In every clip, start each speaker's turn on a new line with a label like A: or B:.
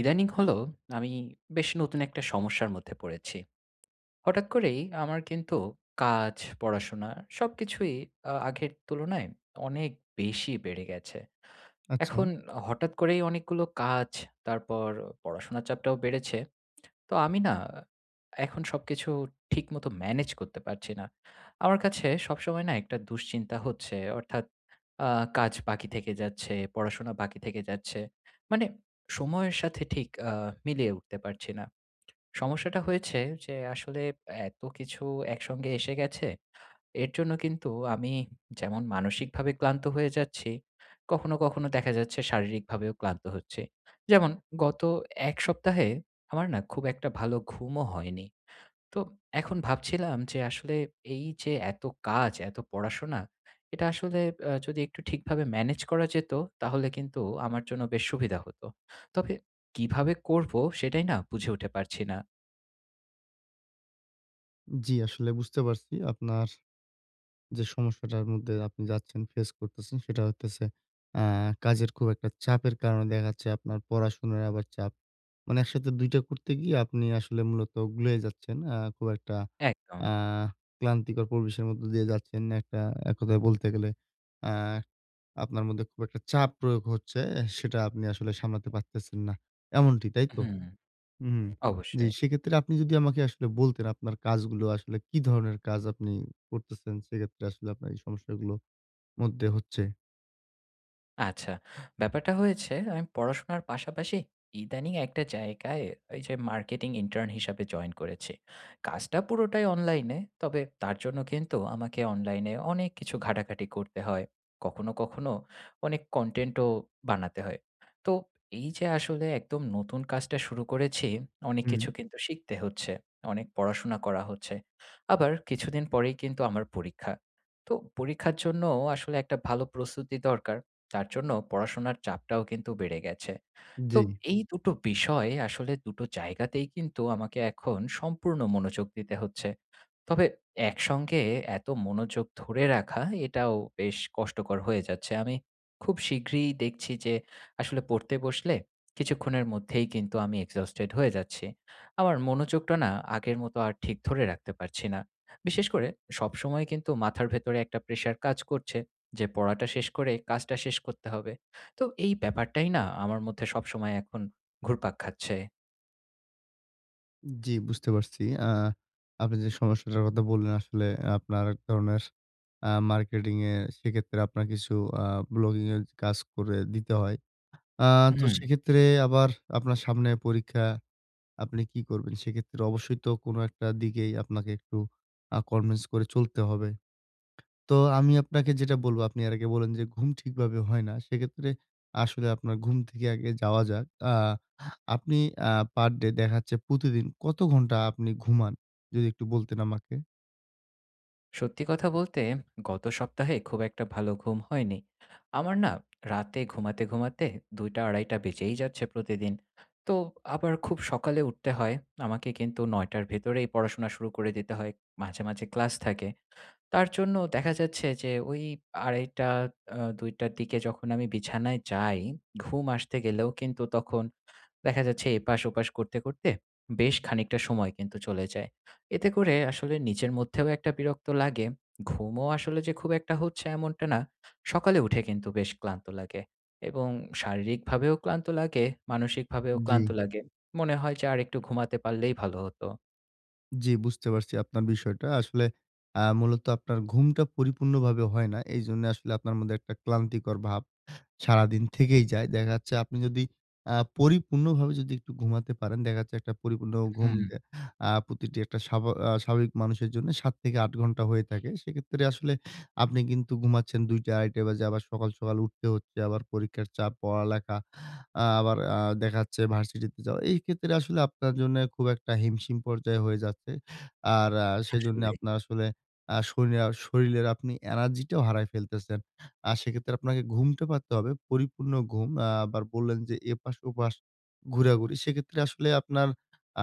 A: ইদানিং হলো আমি বেশ নতুন একটা সমস্যার মধ্যে পড়েছি। হঠাৎ করেই আমার কিন্তু কাজ, পড়াশোনা সবকিছুই আগের তুলনায় অনেক বেশি বেড়ে গেছে।
B: আচ্ছা,
A: এখন হঠাৎ করেই অনেকগুলো কাজ, তারপর পড়াশোনার চাপটাও বেড়েছে। তো আমি না এখন সবকিছু ঠিকমতো ম্যানেজ করতে পারছি না। আমার কাছে সবসময় না একটা দুশ্চিন্তা হচ্ছে অর্থাৎ আ কাজ বাকি থেকে যাচ্ছে, পড়াশোনা বাকি থেকে যাচ্ছে। মানে সময়ের সাথে ঠিক মিলিয়ে উঠতে পারছি না। সমস্যাটা হয়েছে যে আসলে এত কিছু একসঙ্গে এসে গেছে, এর জন্য কিন্তু আমি যেমন মানসিকভাবে ক্লান্ত হয়ে যাচ্ছি, কখনো, কখনো দেখা যাচ্ছে শারীরিকভাবেও ক্লান্ত হচ্ছি। যেমন গত ১ সপ্তাহে আমার না খুব একটা ভালো ঘুমও হয়নি। তো এখন ভাবছিলাম যে আসলে এই যে এত কাজ, এত পড়াশোনা, এটা আসলে যদি একটু ঠিকভাবে ম্যানেজ করা যেত, তাহলে কিন্তু আমার জন্য বেশ সুবিধা হতো। তবে কিভাবে করব সেটাই না বুঝে উঠে পারছি না।
B: জি আসলে বুঝতে পারছি আপনার যে সমস্যাটার মধ্যে আপনি যাচ্ছেন, ফেস করতেছেন সেটা হইতেছে আ কাজের খুব একটা চাপের কারণে দেখা যাচ্ছে আপনার পড়াশোনার আবার চাপ। মানে একসাথে ২ টা করতে গিয়ে আপনি আসলে মূলত গুলিয়ে যাচ্ছেন। খুব একটা
A: একদম।
B: আ ক্লান্তিকর পরিবেশের মধ্য দিয়ে যাচ্ছেন। একটা এক কথায় বলতে গেলে আ আপনার মধ্যে খুব একটা চাপ প্রয়োগ হচ্ছে, সেটা আপনি আসলে সামলাতে পারতেছেন না। এমনটি, তাই তো?
A: হুম,
B: হুম। জি,
A: অবশ্যই।
B: সেক্ষেত্রে আপনি যদি আমাকে আসলে বলতেন আপনার কাজগুলো আসলে কি ধরনের কাজ আপনি করতেছেন, সেক্ষেত্রে আসলে আপনার এই সমস্যাগুলো মধ্যে হচ্ছে?
A: আচ্ছা। ব্যাপারটা হয়েছে আমি পড়াশোনার পাশাপাশি ইদানিং একটা জায়গায় এই যে মার্কেটিং ইন্টার্ন হিসাবে জয়েন করেছি। কাজটা পুরোটাই অনলাইনে। তবে তার জন্য কিন্তু আমাকে অনলাইনে অনেক কিছু ঘাটাঘাটি করতে হয়। কখনো, কখনো অনেক কনটেন্টও বানাতে হয়। তো এই যে আসলে একদম নতুন কাজটা শুরু করেছি, অনেক
B: হুম।
A: কিছু কিন্তু শিখতে হচ্ছে। অনেক পড়াশোনা করা হচ্ছে। আবার কিছুদিন পরেই কিন্তু আমার পরীক্ষা। তো পরীক্ষার জন্য আসলে একটা ভালো প্রস্তুতি দরকার। তার জন্য পড়াশোনার চাপটাও কিন্তু বেড়ে গেছে। তো
B: জি,
A: এই দুটো বিষয় আসলে দুটো জায়গাতেই কিন্তু আমাকে এখন সম্পূর্ণ মনোযোগ দিতে হচ্ছে। তবে একসঙ্গে এত মনোযোগ ধরে রাখা এটাও বেশ কষ্টকর হয়ে যাচ্ছে। আমি খুব শীঘ্রই দেখছি যে আসলে পড়তে বসলে কিছুক্ষণের মধ্যেই কিন্তু আমি exhausted হয়ে যাচ্ছি। আমার মনোযোগটা না আগের মতো আর ঠিক ধরে রাখতে পারছি না। বিশেষ করে সবসময় কিন্তু মাথার ভেতরে একটা প্রেশার কাজ করছে যে পড়াটা শেষ করে কাজটা শেষ করতে হবে। তো এই ব্যাপারটাই না আমার মধ্যে সবসময় এখন ঘুরপাক খাচ্ছে।
B: জি বুঝতে পারছি। আপনি যে সমস্যাটার কথা বললেন আসলে আপনার এক ধরনের মার্কেটিং এ সেক্ষেত্রে আপনার কিছু আ ব্লগিং এর কাজ করে দিতে হয়। আ তো
A: হুম।
B: সেক্ষেত্রে আবার আপনার সামনে পরীক্ষা, আপনি কি করবেন? সেক্ষেত্রে অবশ্যই তো কোনো একটা দিকেই আপনাকে একটু কনভিন্স করে চলতে হবে। তো আমি আপনাকে যেটা বলব, আপনি এর আগে বললেন যে ঘুম ঠিকভাবে হয় না। সেক্ষেত্রে আসলে আপনার ঘুম থেকে আগে যাওয়া যাক। আ আপনি পার ডে দেখা যাচ্ছে প্রতিদিন কত ঘন্টা আপনি ঘুমান? যদি একটু বলতেন আমাকে।
A: সত্যি কথা বলতে গত সপ্তাহে খুব একটা ভালো ঘুম হয়নি। আমার না রাতে ঘুমাতে, ঘুমাতে ২:০০-২:৩০ বেজেই যাচ্ছে প্রতিদিন। তো আবার খুব সকালে উঠতে হয়। আমাকে কিন্তু ৯:০০ র ভেতরেই পড়াশোনা শুরু করে দিতে হয়। মাঝে, মাঝে ক্লাস থাকে। তার জন্য দেখা যাচ্ছে যে ওই ২ঃ৩০ ২ঃ০০ র দিকে যখন আমি বিছানায় যাই, ঘুম আসতে গেলেও কিন্তু তখন দেখা যাচ্ছে এপাশ ওপাশ করতে, করতে বেশ খানিকটা সময় কিন্তু চলে যায়। এতে করে আসলে নিজের মধ্যেও একটা বিরক্ত লাগে। ঘুমও আসলে যে খুব একটা হচ্ছে এমনটা না। সকালে উঠে কিন্তু বেশ ক্লান্ত লাগে এবং শারীরিকভাবেও ক্লান্ত লাগে, মানসিকভাবেও
B: জি,
A: ক্লান্ত লাগে। মনে হয় যে আরেকটু ঘুমাতে পারলেই ভালো হতো।
B: জি বুঝতে পারছি আপনার বিষয়টা। আসলে মূলত আপনার ঘুমটা পরিপূর্ণভাবে হয় না। এইজন্য আসলে আপনার মধ্যে একটা ক্লান্তিকর ভাব সারাদিন থেকেই যায়। দেখা যাচ্ছে আপনি যদি পরিপূর্ণভাবে যদি একটু ঘুমাতে পারেন, দেখা যাচ্ছে একটা পরিপূর্ণ ঘুম
A: হুম,
B: দে আ প্রতিটি একটা স্বাভাবিক মানুষের জন্য ৭ থেকে ৮ ঘন্টা হয়ে থাকে। সেক্ষেত্রে আসলে আপনি কিন্তু ঘুমাচ্ছেন ২:০০-২:৩০ বাজে। আবার সকাল, সকাল উঠতে হচ্ছে। আবার পরীক্ষার চাপ, পড়ালেখা, আবার দেখা যাচ্ছে ভার্সিটিতে যাওয়া। এই ক্ষেত্রে আসলে আপনার জন্য খুব একটা হিমশিম পর্যায়ে হয়ে যাচ্ছে। আর সেজন্য
A: আসলেই।
B: আপনার আসলে আ শরীরে শরীরের আপনি এনার্জিটাও হারায় ফেলতেছেন। সেক্ষেত্রে আপনাকে ঘুমটা পাড়তে হবে। পরিপূর্ণ ঘুম। আবার বললেন যে এপাশ-ওপাশ ঘোরাঘুরি। সেক্ষেত্রে আসলে আপনার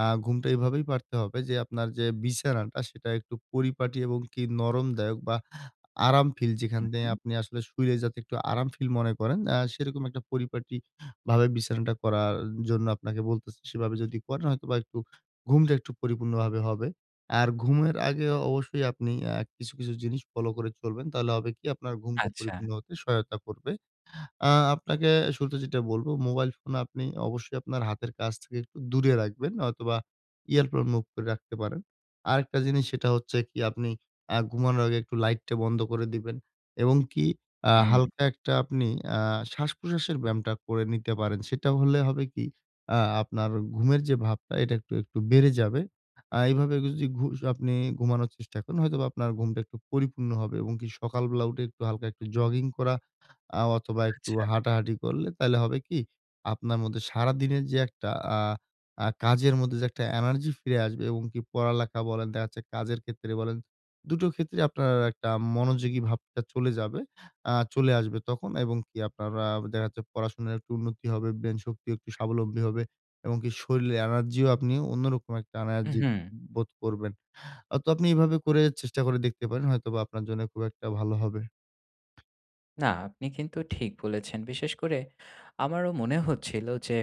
B: ঘুমটা এভাবেই পাড়তে হবে যে আপনার যে বিছানাটা সেটা একটু পরিপাটি এবং কি নরমদায়ক বা আরাম ফিল যেখান
A: হুম,
B: থেকে
A: হুম।
B: আপনি আসলে শুইলে যাতে একটু আরাম ফিল মনে করেন, সেরকম একটা পরিপাটি ভাবে বিছানাটা করার জন্য আপনাকে বলতেছি। সেভাবে যদি করেন হয়তোবা একটু ঘুমটা একটু পরিপূর্ণভাবে হবে। আর ঘুমের আগে অবশ্যই আপনি কিছু, কিছু জিনিস ফলো করে চলবেন। তাহলে হবে কি আপনার ঘুমটা
A: আচ্ছা।
B: পরিপূর্ণ হতে সহায়তা করবে। আ আপনাকে শুরুতে যেটা বলব, মোবাইল ফোন আপনি অবশ্যই আপনার হাতের কাছ থেকে একটু দূরে রাখবেন, নয়তোবা এয়ারপ্লেন মুভ করে রাখতে পারেন। আরেকটা জিনিস সেটা হচ্ছে কি আপনি ঘুমানোর আগে একটু লাইটটা বন্ধ করে দিবেন এবং কি
A: হুম,
B: হালকা একটা আপনি আ শ্বাস-প্রশ্বাসের ব্যায়ামটা করে নিতে পারেন। সেটা হলে হবে কি আপনার ঘুমের যে ভাবটা এটা একটু, একটু বেড়ে যাবে। এভাবে যদি আপনি ঘুমানোর চেষ্টা করেন হয়তোবা আপনার ঘুমটা একটু পরিপূর্ণ হবে এবং কি সকালবেলা উঠে একটু হালকা একটু জগিং করা অথবা একটু
A: আচ্ছা।
B: হাঁটাহাঁটি করলে তাইলে হবে কি? আপনার মধ্যে সারাদিনের যে একটা আ আ কাজের মধ্যে যে একটা এনার্জি ফিরে আসবে এবং কি পড়ালেখা বলেন, দেখা যাচ্ছে কাজের ক্ষেত্রে বলেন, দুটো ক্ষেত্রে আপনার একটা মনোযোগী ভাবটা চলে যাবে। চলে আসবে তখন এবং কি আপনার দেখা যাচ্ছে পড়াশোনার একটু উন্নতি হবে, ব্রেইন শক্তিও একটু স্বাবলম্বী হবে এবং কি শরীরে এনার্জিও আপনি অন্যরকম একটা এনার্জি
A: উহুম।
B: বোধ করবেন। তো আপনি এভাবে করে চেষ্টা করে দেখতে পারেন। হয়তোবা আপনার জন্য খুব একটা ভালো হবে।
A: না, আপনি কিন্তু ঠিক বলেছেন। বিশেষ করে আমারও মনে হচ্ছিল যে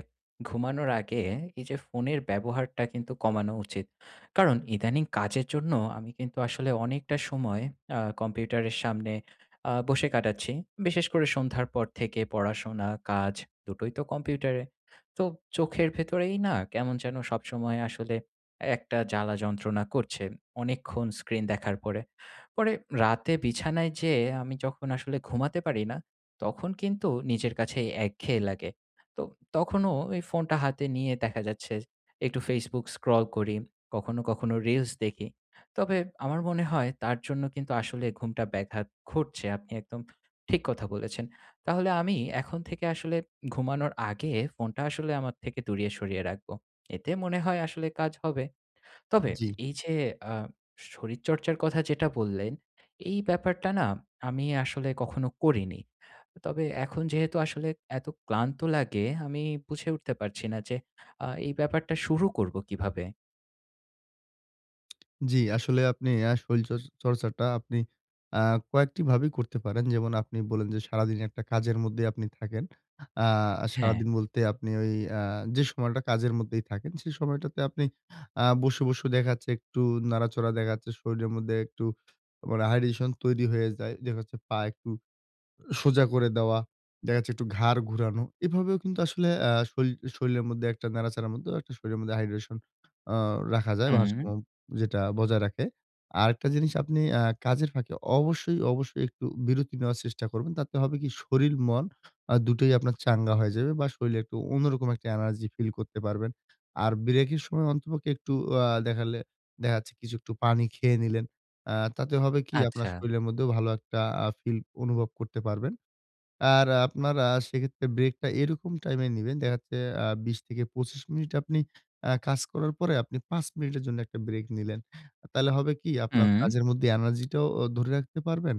A: ঘুমানোর আগে এই যে ফোনের ব্যবহারটা কিন্তু কমানো উচিত। কারণ ইদানিং কাজের জন্য আমি কিন্তু আসলে অনেকটা সময় কম্পিউটারের সামনে বসে কাটাচ্ছি। বিশেষ করে সন্ধ্যার পর থেকে পড়াশোনা, কাজ দুটোই তো কম্পিউটারে। তো চোখের ভেতরেই না কেমন যেন সবসময় আসলে একটা জ্বালা যন্ত্রণা করছে অনেকক্ষণ স্ক্রিন দেখার পরে। পরে রাতে বিছানায় যেয়ে আমি যখন আসলে ঘুমাতে পারি না, তখন কিন্তু নিজের কাছে একঘেয়ে লাগে। তো তখনও এই ফোনটা হাতে নিয়ে দেখা যাচ্ছে একটু Facebook স্ক্রল করি, কখনো, কখনো রিলস দেখি। তবে আমার মনে হয় তার জন্য কিন্তু আসলে ঘুমটা ব্যাঘাত ঘটছে। আপনি একদম ঠিক কথা বলেছেন। তাহলে আমি এখন থেকে আসলে ঘুমানোর আগে ফোনটা আসলে আমার থেকে দূরিয়ে সরিয়ে রাখবো। এতে মনে হয় আসলে কাজ হবে। তবে
B: জি।
A: এই যে আ শরীরচর্চার কথা যেটা বললেন, এই ব্যাপারটা না আমি আসলে কখনো করিনি। তবে এখন যেহেতু আসলে এত ক্লান্ত লাগে, আমি বুঝে উঠতে পারছি না যে এই ব্যাপারটা শুরু করব কিভাবে?
B: জি, আসলে আপনি শরীল চর্চাটা আপনি আ কয়েকটি ভাবেই করতে পারেন। যেমন আপনি বললেন যে, সারাদিন একটা কাজের মধ্যে আপনি থাকেন। আ
A: হ্যাঁ,
B: সারাদিন বলতে আপনি ওই আ যে সময়টা কাজের মধ্যেই থাকেন, সেই সময়টাতে আপনি বসে, বসে দেখা যাচ্ছে একটু নাড়াচড়া দেখা যাচ্ছে শরীরের মধ্যে একটু মানে হাইড্রেশন তৈরি হয়ে যায়। দেখা যাচ্ছে পা একটু সোজা করে দেওয়া, দেখা যাচ্ছে একটু ঘাড় ঘুরানো। এভাবেও কিন্তু আসলে আ শরীল শরীলের মধ্যে একটা নাড়াচাড়ার মধ্যে একটা শরীরের মধ্যে হাইড্রেশন আ রাখা যায়,
A: হুম,
B: ভারসাম্য যেটা বজায় রাখে। আরেকটা জিনিস আপনি কাজের ফাঁকে অবশ্যই, অবশ্যই একটু বিরতি নেওয়ার চেষ্টা করবেন। তাতে হবে কি শরীল, মন দুটোই আপনার চাঙ্গা হয়ে যাবে বা শরীলে একটু অন্যরকম একটা এনার্জি ফিল করতে পারবেন। আর ব্রেকের সময় অন্ততপক্ষে একটু আ দেখালে দেখা যাচ্ছে কিছু একটু পানি খেয়ে নিলেন। তাতে হবে কি আপনার
A: আচ্ছা,
B: শরীলের মধ্যেও ভালো একটা ফিল অনুভব করতে পারবেন। আর আপনারা সেক্ষেত্রে ব্রেকটা এরকম টাইমে নিবেন। দেখা যাচ্ছে ২০-২৫ মিনিট আপনি কাজ করার পরে আপনি ৫ মিনিটের জন্য একটা ব্রেক নিলেন। তাহলে হবে কি আপনার
A: হুম,
B: কাজের মধ্যে এনার্জিটাও ধরে রাখতে পারবেন।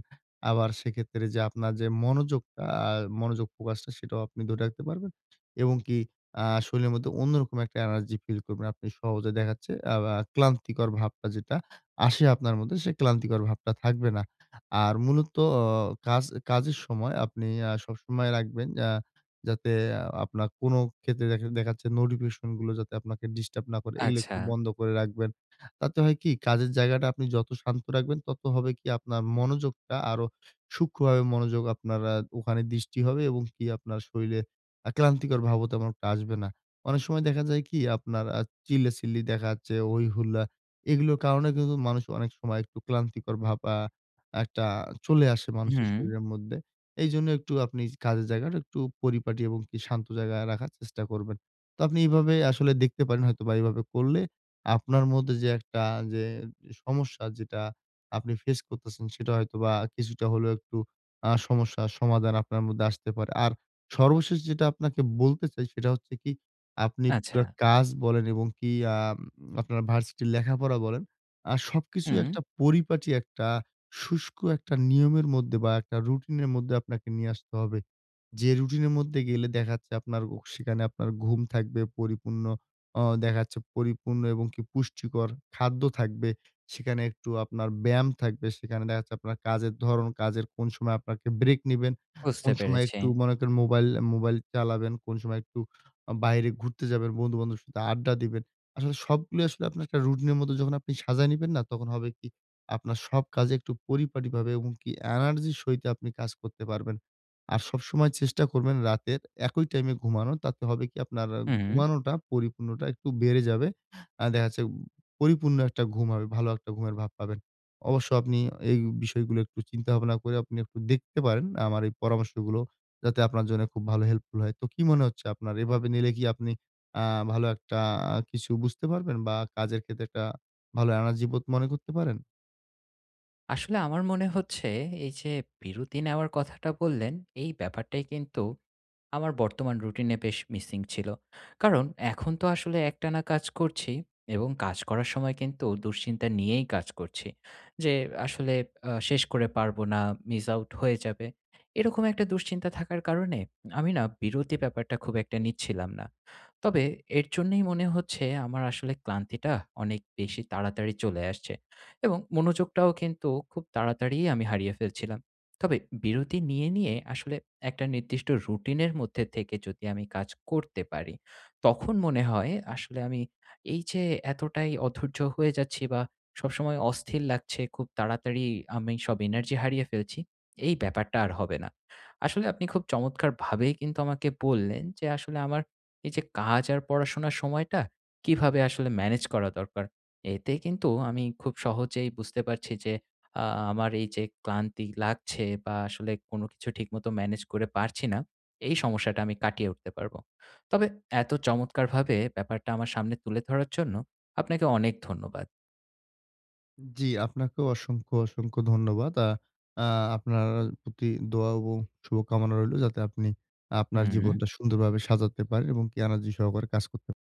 B: আবার সেক্ষেত্রে যে আপনার যে মনোযোগটা আ মনোযোগ ফোকাসটা সেটাও আপনি ধরে রাখতে পারবেন। এবং কি শরীরের মধ্যে অন্যরকম একটা এনার্জি ফিল করবেন। আপনি সহজে দেখা যাচ্ছে আ আ ক্লান্তিকর ভাবটা যেটা আসে আপনার মধ্যে সে ক্লান্তিকর ভাবটা থাকবে না। আর মূলত অ কাজ কাজের সময় আপনি সবসময় রাখবেন যাতে আপনার কোনো ক্ষেত্রে দেখাচ্ছে নোটিফিকেশন গুলো যাতে আপনাকে ডিস্টার্ব না করে, এগুলো
A: আচ্ছা,
B: একটু বন্ধ করে রাখবেন। তাতে হয় কি কাজের জায়গাটা আপনি যত শান্ত রাখবেন তত হবে কি আপনার মনোযোগটা আরো সূক্ষ্মভাবে মনোযোগ আপনার ওখানে দৃষ্টি হবে এবং কি আপনার শরীরে ক্লান্তিকর ভাবও তেমন একটা আসবে না। অনেক সময় দেখা যায় কি আপনার চিল্লাচিল্লি দেখা যাচ্ছে, হই হুল্লা এগুলোর কারণে কিন্তু মানুষ অনেক সময় একটু ক্লান্তিকর ভাব একটা চলে আসে মানুষের
A: হুম,
B: শরীরের মধ্যে। এইজন্য একটু আপনি কাজের জায়গাটা একটু পরিপাটি এবং কি শান্ত জায়গায় রাখার চেষ্টা করবেন। তো আপনি এভাবে আসলে দেখতে পারেন হয়তোবা এভাবে করলে আপনার মধ্যে যে একটা যে সমস্যা যেটা আপনি ফেস করতেছেন সেটা হয়তোবা কিছুটা হলেও একটু সমস্যার সমাধান আপনার মধ্যে আসতে পারে। আর সর্বশেষ যেটা আপনাকে বলতে চাই সেটা হচ্ছে কি আপনি
A: আচ্ছা,
B: পুরা কাজ বলেন এবং কি আপনার ভার্সিটির লেখাপড়া বলেন, সবকিছু
A: হুম,
B: একটা পরিপাটি একটা শুষ্ক একটা নিয়মের মধ্যে বা একটা রুটিনের মধ্যে আপনাকে নিয়ে আসতে হবে। যে রুটিনের মধ্যে গেলে দেখা যাচ্ছে আপনার ও সেখানে আপনার ঘুম থাকবে পরিপূর্ণ, দেখা যাচ্ছে পরিপূর্ণ এবং কি পুষ্টিকর খাদ্য থাকবে। সেখানে একটু আপনার ব্যায়াম থাকবে। সেখানে দেখা যাচ্ছে আপনার কাজের ধরন, কাজের কোন সময় আপনাকে ব্রেক নিবেন,
A: বুঝতে
B: কোন সময়
A: পেরেছি।
B: একটু মনে করেন মোবাইল মোবাইল চালাবেন, কোন সময় একটু বাইরে ঘুরতে যাবেন, বন্ধু-বান্ধবের সাথে আড্ডা দিবেন। আসলে সবগুলো আসলে আপনার একটা রুটিনের মধ্যে যখন আপনি সাজায় নিবেন না, তখন হবে কি আপনার সব কাজে একটু পরিপাটিভাবে এবং কি এনার্জির সহিত আপনি কাজ করতে পারবেন। আর সবসময় চেষ্টা করবেন রাতের একই টাইমে ঘুমানোর। তাতে হবে কি আপনার
A: হুম,
B: ঘুমানোটা পরিপূর্ণটা একটু বেড়ে যাবে। দেখা যাচ্ছে পরিপূর্ণ একটা ঘুম হবে, ভালো একটা ঘুমের ভাব পাবেন। অবশ্য আপনি এই বিষয়গুলো একটু চিন্তা ভাবনা করে আপনি একটু দেখতে পারেন আমার এই পরামর্শগুলো যাতে আপনার জন্য খুব ভালো হেল্পফুল হয়। তো কি মনে হচ্ছে আপনার? এভাবে নিলে কি আপনি আ ভালো একটা কিছু বুঝতে পারবেন বা কাজের ক্ষেত্রে একটা ভালো এনার্জি বোধ মনে করতে পারেন?
A: আসলে আমার মনে হচ্ছে এই যে বিরতি নেওয়ার কথাটা বললেন, এই ব্যাপারটাই কিন্তু আমার বর্তমান রুটিনে বেশ মিসিং ছিল। কারণ এখন তো আসলে একটানা কাজ করছি এবং কাজ করার সময় কিন্তু দুশ্চিন্তা নিয়েই কাজ করছি। যে আসলে শেষ করে পারবো না, মিস আউট হয়ে যাবে। এরকম একটা দুশ্চিন্তা থাকার কারণে আমি না বিরতি ব্যাপারটা খুব একটা নিচ্ছিলাম না। তবে এর জন্যই মনে হচ্ছে আমার আসলে ক্লান্তিটা অনেক বেশি তাড়াতাড়ি চলে আসছে এবং মনোযোগটাও কিন্তু খুব তাড়াতাড়িই আমি হারিয়ে ফেলছিলাম। তবে বিরতি নিয়ে নিয়ে আসলে একটা নির্দিষ্ট রুটিনের মধ্যে থেকে যদি আমি কাজ করতে পারি, তখন মনে হয় আসলে আমি এই যে এতটাই অধৈর্য হয়ে যাচ্ছি বা সবসময় অস্থির লাগছে, খুব তাড়াতাড়ি আমি সব এনার্জি হারিয়ে ফেলছি, এই ব্যাপারটা আর হবে না। আসলে আপনি খুব চমৎকারভাবেই কিন্তু আমাকে বললেন যে আসলে আমার এই যে কাজ আর পড়াশোনার সময়টা কিভাবে আসলে ম্যানেজ করা দরকার। এতে কিন্তু আমি খুব সহজেই বুঝতে পারছি যে আ আমার এই যে ক্লান্তি লাগছে বা আসলে কোনো কিছু ঠিকমতো ম্যানেজ করে পারছি না, এই সমস্যাটা আমি কাটিয়ে উঠতে পারবো। তবে এত চমৎকারভাবে ব্যাপারটা আমার সামনে তুলে ধরার জন্য আপনাকে অনেক ধন্যবাদ।
B: জি, আপনাকেও অসংখ্য, অসংখ্য ধন্যবাদ। আ আ আপনার প্রতি দোয়া এবং শুভকামনা রইলো যাতে আপনি আপনার
A: হুম।
B: জীবনটা সুন্দরভাবে সাজাতে পারেন এবং কি এনার্জি সহকারে কাজ করতে